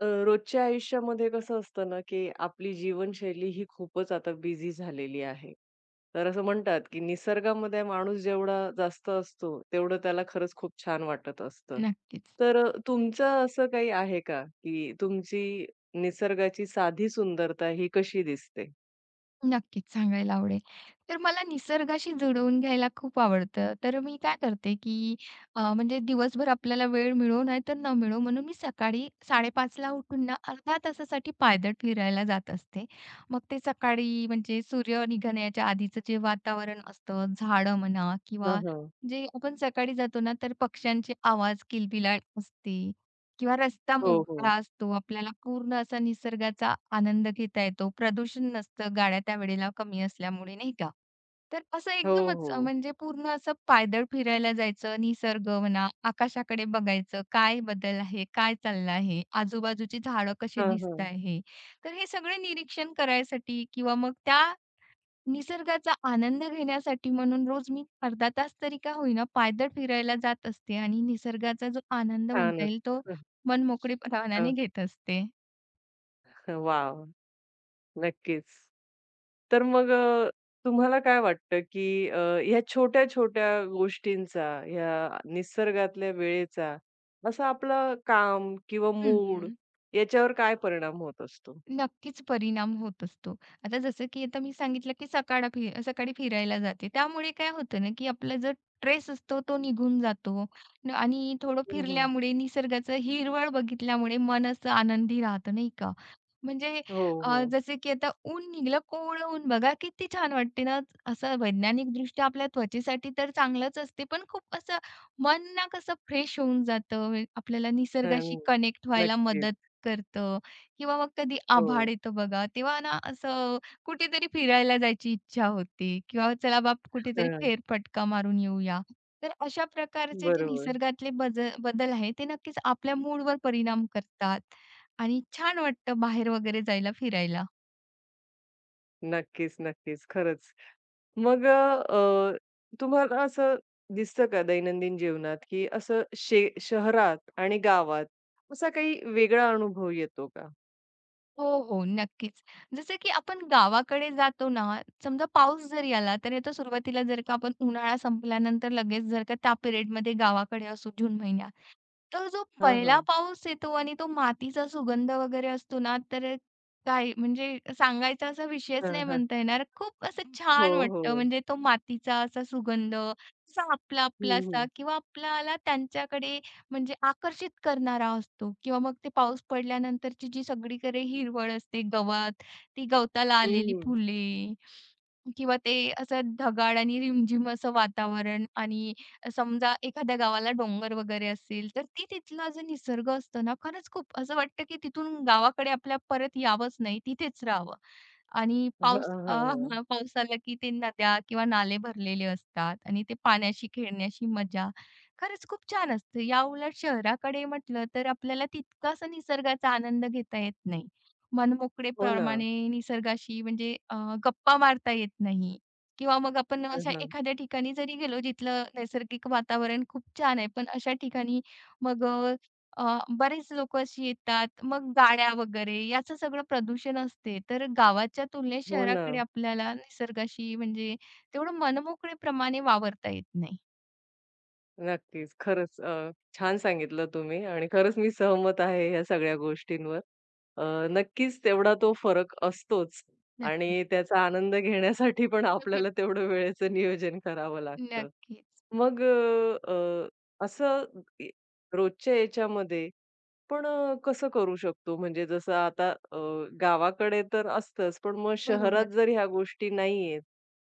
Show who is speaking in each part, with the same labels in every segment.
Speaker 1: रोजच्या आयुष्यामध्ये कसं असतं ना, की आपली जीवनशैली ही खूपच आता बिझी झालेली आहे. तर असं म्हणतात, की निसर्गामध्ये माणूस जेवढा जास्त असतो, तेवढं त्याला खरंच खूप छान वाटत असतं.
Speaker 2: नक्कीच,
Speaker 1: तर तुमचं असं काही आहे का, की तुमची निसर्गाची साधी सुंदरता ही कशी दिसते?
Speaker 2: नक्कीच सांगायला आवडेल. तर मला निसर्गाशी जुळवून घ्यायला खूप आवडतं. तर मी काय करते, की म्हणजे दिवसभर आपल्याला वेळ मिळो नाही तर न मिळो म्हणून मी सकाळी 5:30 ला उठून ना अर्ध्या तासासाठी पायदळ फिरायला जात असते. मग ते सकाळी म्हणजे सूर्य निघण्याच्या आधीचं जे वातावरण असतं, झाडं म्हणा
Speaker 1: हां,
Speaker 2: किंवा
Speaker 1: हां.
Speaker 2: जे आपण सकाळी जातो ना, तर पक्ष्यांचे आवाज, किलबिलाट असते किंवा रस्ता
Speaker 1: हो, हो.
Speaker 2: मोकळा असतो. आपल्याला पूर्ण असा निसर्गाचा आनंद घेता येतो. प्रदूषण नसतं गाड्या त्यावेळेला कमी असल्यामुळे, नाही का? तर असं
Speaker 1: हो,
Speaker 2: एकदमच
Speaker 1: हो.
Speaker 2: म्हणजे पूर्ण असं पायदळ फिरायला जायचं, निसर्ग म्हणा, आकाशाकडे बघायचं, काय बदल आहे, काय चाललं आहे, आजूबाजूची झाडं कशी
Speaker 1: हां,
Speaker 2: दिसत
Speaker 1: हां.
Speaker 2: आहे. तर हे सगळे निरीक्षण करायसाठी किंवा मग त्या निसर्गाचा आनंद घेण्यासाठी म्हणून रोज मी अर्धा तास तरी का होईना पायदळ फिरायला जात असते आणि निसर्गाचा जो आनंद म्हणता
Speaker 1: छानच.
Speaker 2: येईल तो
Speaker 1: हं.
Speaker 2: मनमोकळेपणाने घेत असते.
Speaker 1: वाह! नक्कीच. तर मग तुम्हाला काय वाटतं, की ह्या छोट्या-छोट्या गोष्टींचा, ह्या निसर्गातल्या वेळेचा, असा आपलं काम किंवा
Speaker 2: हं.
Speaker 1: मूड
Speaker 2: हं.
Speaker 1: याच्यावर काय परिणाम होत असतो?
Speaker 2: नक्कीच परिणाम होत असतो. आता जसं की आता मी सांगितलं की सकाळी फिरायला जाते. त्यामुळे काय होतं ना की आपला जो स्ट्रेस असतो तो निघून जातो न आणि थोडं
Speaker 1: हं, हं.
Speaker 2: फिरल्यामुळे निसर्गाचं हिरवळ बघितल्यामुळे मन असं आनंदी राहतं नाही का? म्हणजे
Speaker 1: हो, हो.
Speaker 2: जसं की आता ऊन निघालं, कोवळं ऊन बघा किती छान वाटते ना. असं वैज्ञानिकदृष्ट्या आपल्या त्वचेसाठी तर चांगलंच असते. पण खूप असं मन ना कसं फ्रेश होऊन जातं. आपल्याला
Speaker 1: हं.
Speaker 2: निसर्गाशी कनेक्ट व्हायला
Speaker 1: नक्कीच.
Speaker 2: मदत करतं. किंवा मग कधी
Speaker 1: हो.
Speaker 2: आभाळ येतं बघा, तेव्हा ना असं कुठेतरी फिरायला जायची इच्छा होते किंवा चला बाप कुठेतरी
Speaker 1: हां.
Speaker 2: फेरफटका मारून येऊया. तर अशा प्रकारचे जे
Speaker 1: बरोबर.
Speaker 2: निसर्गातले बदल आहे, ते नक्कीच आपल्या मूडवर परिणाम करतात आणि छान वाटतं बाहेर वगैरे जायला फिरायला.
Speaker 1: नक्कीच, नक्कीच. खरंच. मग तुम्हाला असं दिसतं का दैनंदिन जीवनात, की असं शहरात आणि गावात असा काही वेगळा अनुभव येतो का?
Speaker 2: हो, हो, नक्कीच. जसं की आपण गावाकडे जातो ना, समजा पाऊस जरी आला, तर तो सुरुवातीला जर का आपण उन्हाळा संपल्यानंतर लगेच जर का त्या पिरियडमध्ये गावाकडे असू जून महिन्यात, तर जो
Speaker 1: हां,
Speaker 2: पहिला
Speaker 1: हां.
Speaker 2: पाऊस येतो आणि तो मातीचा सुगंध वगैरे असतो ना, तर काय म्हणजे सांगायचा असा विषयच
Speaker 1: हां,
Speaker 2: नाही
Speaker 1: हां.
Speaker 2: म्हणता येणार. खूप असं
Speaker 1: हो,
Speaker 2: छान वाटतं.
Speaker 1: हो.
Speaker 2: म्हणजे तो मातीचा असा सुगंध असा
Speaker 1: हं,
Speaker 2: आपला-आपलासा
Speaker 1: हं.
Speaker 2: किंवा आपल्याला त्यांच्याकडे म्हणजे आकर्षित करणारा असतो किंवा मग ते पाऊस पडल्यानंतरची जी सगळीकडे हिरवळ असते, गवत, ती गवताला
Speaker 1: हं,
Speaker 2: आलेली
Speaker 1: हं.
Speaker 2: फुले किंवा ते असं ढगाळ आणि रिमझिम असं वातावरण आणि समजा एखाद्या गावाला डोंगर वगैरे असतील, तर ती तिथला जो निसर्ग असतो ना, खरंच खूप असं वाटतं की तिथून गावाकडे आपल्या परत यावंच नाही, तिथेच राहावं. आणि
Speaker 1: हां,
Speaker 2: पाऊस
Speaker 1: हां.
Speaker 2: हां, पाऊस आला की ते नद्या किंवा नाले भरलेले असतात आणि ते पाण्याशी खेळण्याची मजा खरंच खूप छान असते. याउलट शहराकडे म्हटलं तर आपल्याला तितकासा निसर्गाचा आनंद घेता येत नाही.
Speaker 1: हो ना.
Speaker 2: मनमोकळेप्रमाणे निसर्गाशी म्हणजे गप्पा मारता येत नाही किंवा मग आपण
Speaker 1: हां,
Speaker 2: अशा
Speaker 1: हां.
Speaker 2: एखाद्या ठिकाणी जरी गेलो जिथलं नैसर्गिक वातावरण खूप छान आहे, पण अशा ठिकाणी मग बरेच लोकं अशी येतात. मग गाड्या वगैरे याचं सगळं प्रदूषण असते. तर गावाच्या तुलनेत
Speaker 1: हो ना.
Speaker 2: शहराकडे आपल्याला निसर्गाशी म्हणजे तेवढं मनमोकळेप्रमाणे वावरता येत नाही.
Speaker 1: नक्कीच. खरंच छान सांगितलं तुम्ही आणि खरंच मी सहमत आहे ह्या सगळ्या गोष्टींवर. अ, नक्कीच तेवढा तो फरक असतोच
Speaker 2: नक्कीच.
Speaker 1: आणि त्याचा आनंद घेण्यासाठी पण आपल्याला तेवढं वेळेचं नियोजन करावं लागतं.
Speaker 2: नक्कीच.
Speaker 1: मग अ, अ, असं इ रोजच्या याच्यामध्ये पण कसं करू शकतो? म्हणजे जसं आता गावाकडे तर असतंच, पण मग शहरात
Speaker 2: बरोबर.
Speaker 1: जर ह्या गोष्टी नाहीयेत,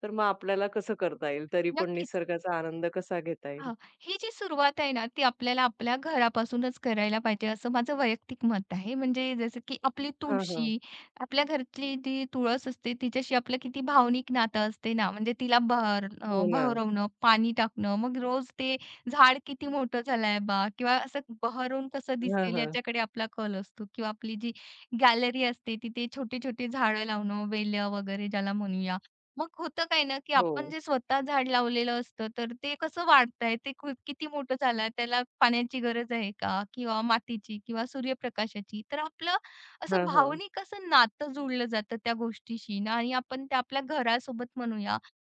Speaker 1: तर मग आपल्याला कसं करता येईल? तरी पण
Speaker 2: नक्कीच.
Speaker 1: निसर्गाचा आनंद कसा घेता येईल?
Speaker 2: हां, ही जी सुरुवात आहे ना, ती आपल्याला आपल्या घरापासूनच करायला पाहिजे, असं माझं वैयक्तिक मत आहे. म्हणजे जसं की आपली
Speaker 1: हां, हां.
Speaker 2: तुळशी, आपल्या घरातली जी तुळस असते, तिच्याशी आपलं किती भावनिक नातं असते ना. म्हणजे तिला
Speaker 1: हो ना.
Speaker 2: बहरवणं, पाणी टाकणं, मग रोज ते झाड किती मोठं झालंय बा किंवा असं बहरून कसं
Speaker 1: हां,
Speaker 2: दिसेल
Speaker 1: हां.
Speaker 2: याच्याकडे आपला कल असतो किंवा आपली जी गॅलरी असते, तिथे छोटे-छोटे झाडं लावणं, वेल्या वगैरे ज्याला म्हणूया. मग होतं काय ना, की
Speaker 1: हो.
Speaker 2: आपण जे स्वतः झाड लावलेलं असतं, तर ते कसं वाढतंय, ते खूप किती मोठं झालं, त्याला पाण्याची गरज आहे का? किंवा मातीची किंवा सूर्यप्रकाशाची. तर आपलं असं
Speaker 1: हां, हां.
Speaker 2: भावनिक असं नातं जोडलं जातं त्या गोष्टीशी ना आणि आपण ते आपल्या घरासोबत म्हणूया,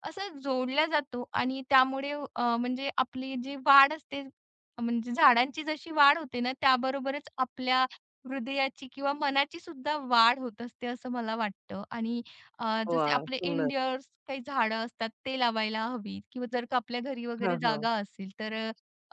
Speaker 2: असं जोडला जातो आणि त्यामुळे म्हणजे आपली जी वाढ असते, म्हणजे झाडांची जशी वाढ होते ना, त्याबरोबरच आपल्या हृदयाची किंवा मनाची सुद्धा वाढ होत असते, असं मला वाटतं आणि जसे
Speaker 1: वाह!
Speaker 2: आपले
Speaker 1: सुंदर.
Speaker 2: इंडियर्स काही झाडं असतात ते लावायला हवी, किंवा जर का आपल्या घरी
Speaker 1: हां,
Speaker 2: वगैरे
Speaker 1: हां.
Speaker 2: जागा असेल तर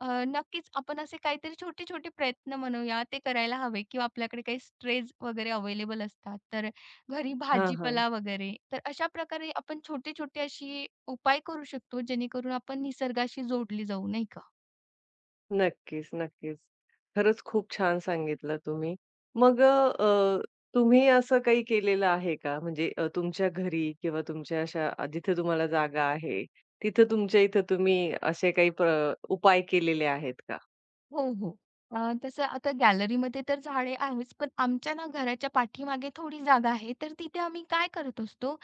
Speaker 2: नक्कीच आपण असे काहीतरी छोटे-छोटे प्रयत्न म्हणूया ते करायला हवे किंवा आपल्याकडे काही स्ट्रेज वगैरे अवेलेबल असतात. तर घरी
Speaker 1: हां, हां.
Speaker 2: भाजीपाला वगैरे तर अशा प्रकारे आपण छोटे-छोटे अशी उपाय करू शकतो जेणेकरून आपण निसर्गाशी जोडली जाऊ, नाही का?
Speaker 1: नक्कीच, नक्कीच. खरंच खूप छान सांगितलं तुम्ही. मग तुम्ही असं काही केलेलं आहे का? म्हणजे तुमच्या घरी किंवा तुमच्या अशा जिथे तुम्हाला जागा आहे, तिथं तुमच्या इथं तुम्ही असे काही उपाय केलेले आहेत का?
Speaker 2: हो, हो. तसं आता गॅलरीमध्ये तर झाडे आहेच, पण आमच्या ना घराच्या पाठीमागे थोडी जागा आहे, तर तिथे आम्ही काय करत असतो,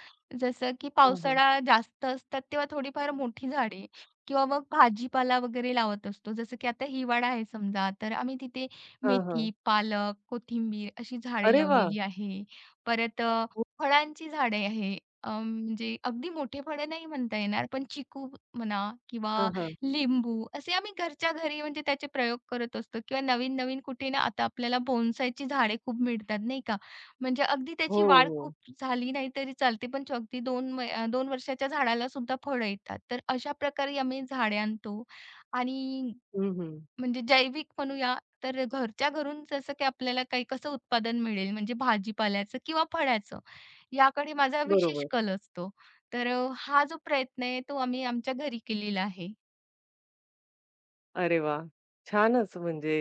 Speaker 2: जसं की
Speaker 1: हां, हां.
Speaker 2: पावसाळा जास्त असतात तेव्हा थोडीफार मोठी झाडे किंवा मग भाजीपाला वगैरे लावत असतो. जसं की आता हिवाळा आहे समजा, तर आम्ही तिथे
Speaker 1: हां, हां.
Speaker 2: मेथी, पालक, कोथिंबीर अशी झाडे
Speaker 1: अरे वाह!
Speaker 2: लावलेली आहे. परत
Speaker 1: हो.
Speaker 2: फळांची झाडे आहे. म्हणजे अगदी मोठे फळं नाही म्हणता येणार, पण चिकू म्हणा किंवा
Speaker 1: हां, हां.
Speaker 2: लिंबू असे आम्ही घरच्या घरी म्हणजे त्याचे प्रयोग करत असतो किंवा नवीन-नवीन कुठे ना आता आपल्याला बोनसायची झाडे खूप मिळतात नाही का. म्हणजे अगदी
Speaker 1: हो,
Speaker 2: त्याची वाढ
Speaker 1: हो.
Speaker 2: खूप झाली नाही तरी चालते, पण जो अगदी 2 वर्षाच्या झाडाला सुद्धा फळं येतात. तर अशा प्रकारे आम्ही झाडे आणतो आणि
Speaker 1: हं, हं.
Speaker 2: म्हणजे जैविक म्हणूया तर घरच्या घरून जसं की आपल्याला काही कसं उत्पादन मिळेल म्हणजे भाजीपाल्याचं किंवा फळाचं याकडे माझा विशेष
Speaker 1: बरोबर.
Speaker 2: कल असतो. तर हा जो प्रयत्न आहे तो आम्ही आमच्या घरी केलेला आहे.
Speaker 1: अरे वाह! छानच म्हणजे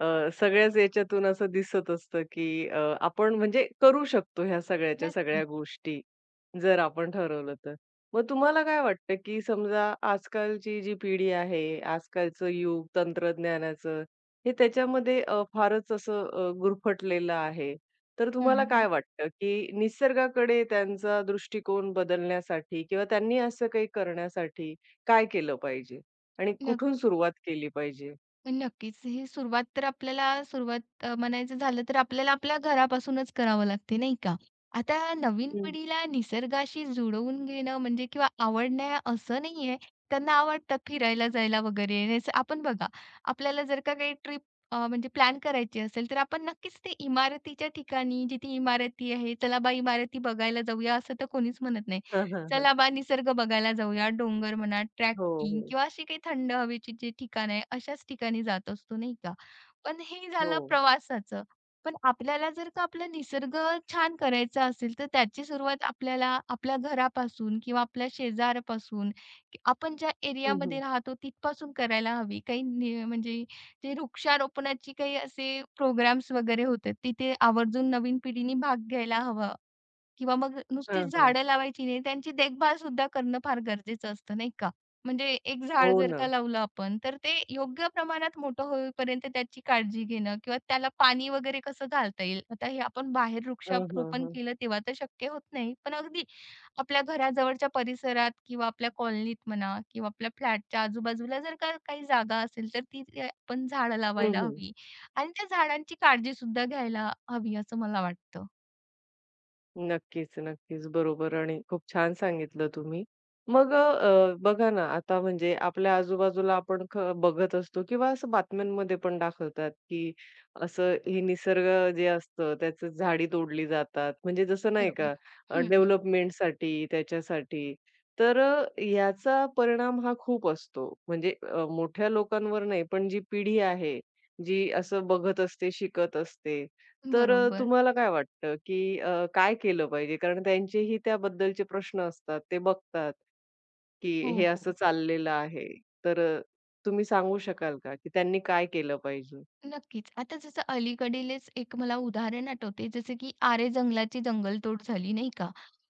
Speaker 1: अ, सगळ्याच याच्यातून असं दिसत असतं, की आपण म्हणजे करू शकतो ह्या सगळ्याच्या सगळ्या
Speaker 2: नक्कीच.
Speaker 1: गोष्टी, जर आपण ठरवलं तर. मग तुम्हाला काय वाटतं, की समजा आजकालची जी पिढी आहे, आजकालचं युग तंत्रज्ञानाचं, हे त्याच्यामध्ये फारच असं गुरफटलेलं आहे. तर
Speaker 2: हं,
Speaker 1: तुम्हाला काय
Speaker 2: हं.
Speaker 1: वाटतं, की निसर्गाकडे त्यांचा दृष्टिकोन बदलण्यासाठी किंवा त्यांनी असं काही करण्यासाठी काय केलं पाहिजे? आणि कुठून सुरुवात केली पाहिजे?
Speaker 2: नक्कीच. ही सुरुवात तर आपल्याला म्हणायचं झालं तर आपल्याला आपल्या घरापासूनच करावं लागते, नाही का? आता नवीन
Speaker 1: हं.
Speaker 2: पिढीला निसर्गाशी जुळवून घेणं म्हणजे किंवा आवडणं असं नाहीये. त्यांना आवडतं फिरायला जायला वगैरे. हेच आपण बघा, आपल्याला जर का काही म्हणजे प्लॅन करायची असेल, तर आपण नक्कीच ते इमारतीच्या ठिकाणी, जिथे इमारती आहे, चला बा इमारती बघायला जाऊया, असं तर कोणीच म्हणत नाही.
Speaker 1: हां, हां, हां.
Speaker 2: चला बा निसर्ग बघायला जाऊया. डोंगर म्हणा,
Speaker 1: हो,
Speaker 2: ट्रॅकिंग
Speaker 1: हो.
Speaker 2: किंवा अशी काही थंड हवेची जी ठिकाण आहे, अशाच ठिकाणी जात असतो, नाही का? पण हे
Speaker 1: हो.
Speaker 2: झालं प्रवासाचं. पण आपल्याला जर का आपला निसर्ग छान करायचा असेल, तर त्याची सुरुवात आपल्याला आपल्या घरापासून किंवा आपल्या शेजारापासून, आपण ज्या
Speaker 1: हं, हं.
Speaker 2: एरियामध्ये राहतो तिथपासून करायला हवी. काही नि म्हणजे ते वृक्षारोपणाची काही असे प्रोग्राम्स वगैरे होतात, तिथे आवर्जून नवीन पिढीने भाग घ्यायला हवा. किंवा मग
Speaker 1: हां,
Speaker 2: नुसतीच
Speaker 1: हां.
Speaker 2: झाडं लावायची नाही, त्यांची देखभाल सुद्धा करणं फार गरजेचं असतं, नाही का? म्हणजे एक
Speaker 1: हो
Speaker 2: झाड जर
Speaker 1: ना.
Speaker 2: का लावलं आपण, तर ते योग्य प्रमाणात मोठं होईपर्यंत त्याची काळजी घेणं किंवा त्याला पाणी वगैरे कसं घालता येईल. आता हे आपण बाहेर
Speaker 1: हां, हां,
Speaker 2: वृक्षारोपण
Speaker 1: हां.
Speaker 2: केलं तेव्हा तर शक्य होत नाही. पण अगदी आपल्या घराजवळच्या परिसरात किंवा आपल्या कॉलनीत म्हणा किंवा आपल्या फ्लॅटच्या आजूबाजूला जर का काही जागा असेल, तर ते आपण झाडं
Speaker 1: हं,
Speaker 2: लावायला
Speaker 1: हं.
Speaker 2: हवी आणि त्या झाडांची काळजी सुद्धा घ्यायला हवी, असं मला वाटतं.
Speaker 1: नक्कीच, नक्कीच. बरोबर आणि खूप छान सांगितलं तुम्ही. मग बघा ना, आता म्हणजे आपल्या आजूबाजूला आपण बघत असतो किंवा असं बातम्यांमध्ये पण दाखवतात, की असं हे निसर्ग जे असतं, त्याचं झाडी तोडली जातात. म्हणजे जसं नाही
Speaker 2: बरोबर.
Speaker 1: का
Speaker 2: हं,
Speaker 1: डेव्हलपमेंटसाठी त्याच्यासाठी. तर याचा परिणाम हा खूप असतो. म्हणजे मोठ्या लोकांवर नाही, पण जी पिढी आहे, जी असं बघत असते, शिकत असते. तर
Speaker 2: बरोबर.
Speaker 1: तुम्हाला काय वाटतं, की काय केलं पाहिजे? कारण त्यांचेही त्याबद्दलचे प्रश्न असतात. ते बघतात, की
Speaker 2: हो,
Speaker 1: हे
Speaker 2: हो.
Speaker 1: असं चाललेलं आहे. तर तुम्ही सांगू शकाल का, की त्यांनी काय केलं पाहिजे?
Speaker 2: नक्कीच. आता जसं अलीकडीलच एक मला उदाहरण आठवते, जसं की आरे जंगलाची जंगलतोड झाली, नाही का?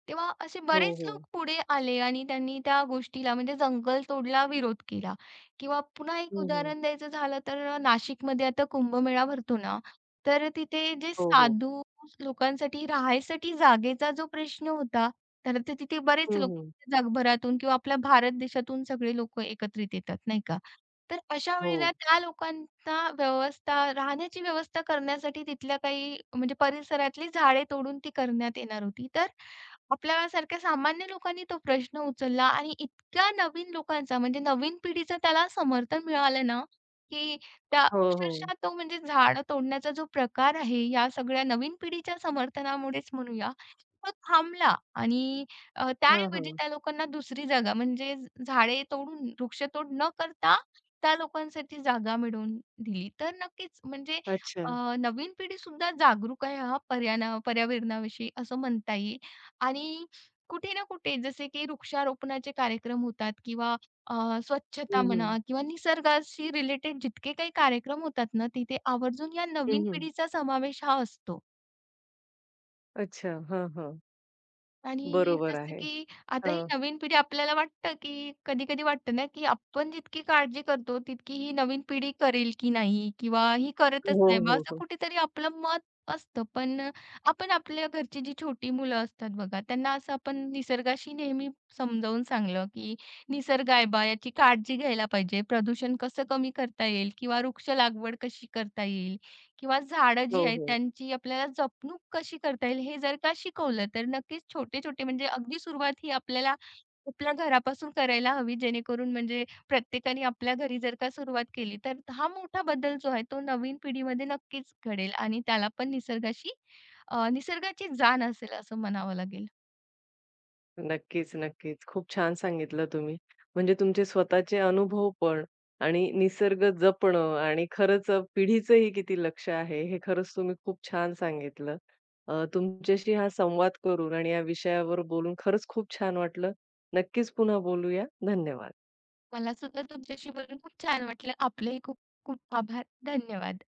Speaker 2: तेव्हा असे
Speaker 1: हो,
Speaker 2: बरेच
Speaker 1: हो.
Speaker 2: लोक पुढे आले आणि त्यांनी त्या गोष्टीला म्हणजे जंगलतोडला विरोध केला. किंवा पुन्हा एक
Speaker 1: हं, हं.
Speaker 2: उदाहरण द्यायचं झालं तर नाशिकमध्ये आता कुंभमेळा भरतो ना, तर तिथे जे
Speaker 1: हो, हो.
Speaker 2: साधू लोकांसाठी राहायसाठी जागेचा जो प्रश्न होता, तर ते तिथे बरेच
Speaker 1: हं,
Speaker 2: लोक
Speaker 1: हं.
Speaker 2: जगभरातून किंवा आपल्या भारत देशातून सगळे लोकं एकत्रित येतात, नाही का? तर अशा
Speaker 1: हो.
Speaker 2: वेळेला त्या लोकांनी त्या व्यवस्था राहण्याची व्यवस्था करण्यासाठी तिथल्या काही म्हणजे परिसरातली झाडे तोडून ती करण्यात येणार होती. तर आपल्यासारख्या सामान्य लोकांनी तो प्रश्न उचलला आणि इतक्या नवीन लोकांचा म्हणजे नवीन पिढीचं त्याला समर्थन मिळालं ना, की त्या
Speaker 1: हो, हो.
Speaker 2: अक्षरशः तो म्हणजे झाडं तोडण्याचा जो प्रकार आहे, या सगळ्या नवीन पिढीच्या समर्थनामुळेच म्हणूया, तो थांबला आणि
Speaker 1: हां,
Speaker 2: त्याऐवजी
Speaker 1: हां.
Speaker 2: त्या लोकांना दुसरी जागा म्हणजे झाडे तोडून, वृक्षतोड न करता त्या लोकांसाठी जागा मिळवून दिली. तर नक्कीच म्हणजे
Speaker 1: अच्छा.
Speaker 2: अ, नवीन पिढीसुद्धा जागरूक आहे हा पर्यावरणाविषयी असं म्हणता येईल. आणि कुठे ना कुठे जसे की वृक्षारोपणाचे कार्यक्रम होतात किंवा स्वच्छता
Speaker 1: हं, हं.
Speaker 2: म्हणा किंवा निसर्गाशी रिलेटेड जितके काही कार्यक्रम होतात ना, तिथे आवर्जून या नवीन
Speaker 1: हं, हं.
Speaker 2: पिढीचा समावेश हा असतो.
Speaker 1: अच्छा. हां, हां.
Speaker 2: आणि
Speaker 1: बरोबर
Speaker 2: जसं
Speaker 1: आहे.
Speaker 2: की आता ही
Speaker 1: हां.
Speaker 2: नवीन पिढी आपल्याला वाटतं, की कधी-कधी वाटतं ना, की आपण जितकी काळजी करतो, तितकी ही नवीन पिढी करेल की नाही किंवा ही करतच
Speaker 1: हो,
Speaker 2: नाही. मग
Speaker 1: हो,
Speaker 2: असं
Speaker 1: हो.
Speaker 2: कुठेतरी आपलं मत असतं. पण आपण आपल्या घरची जी छोटी मुलं असतात बघा, त्यांना असं आपण निसर्गाशी नेहमी समजावून सांगलं, की "निसर्ग आहे बा, याची काळजी घ्यायला पाहिजे. प्रदूषण कसं कमी करता येईल किंवा वृक्ष लागवड कशी करता येईल?" किंवा झाडं
Speaker 1: हो,
Speaker 2: जी आहेत
Speaker 1: हो.
Speaker 2: त्यांची आपल्याला जपणूक कशी करता येईल हे जर का शिकवलं, तर नक्कीच छोटे-छोटे म्हणजे अगदी सुरुवात ही आपल्याला आपल्या घरापासून करायला हवी. जेणेकरून म्हणजे प्रत्येकाने आपल्या घरी जर का सुरुवात केली, तर हा मोठा बदल जो आहे तो नवीन पिढीमध्ये नक्कीच घडेल आणि त्याला पण निसर्गाची जाण असेल असं म्हणावं लागेल.
Speaker 1: नक्कीच, नक्कीच. खूप छान सांगितलं तुम्ही. म्हणजे तुमचे स्वतःचे अनुभव पण आणि निसर्ग जपणं आणि खरंच पिढीचंही किती लक्ष आहे, हे खरंच तुम्ही खूप छान सांगितलं. तुमच्याशी हा संवाद करून आणि या विषयावर बोलून खरंच खूप छान वाटलं. नक्कीच पुन्हा बोलूया. धन्यवाद.
Speaker 2: मला सुद्धा तुमच्याशी बोलून खूप छान वाटलं. आपलेही खूप खूप आभार. धन्यवाद.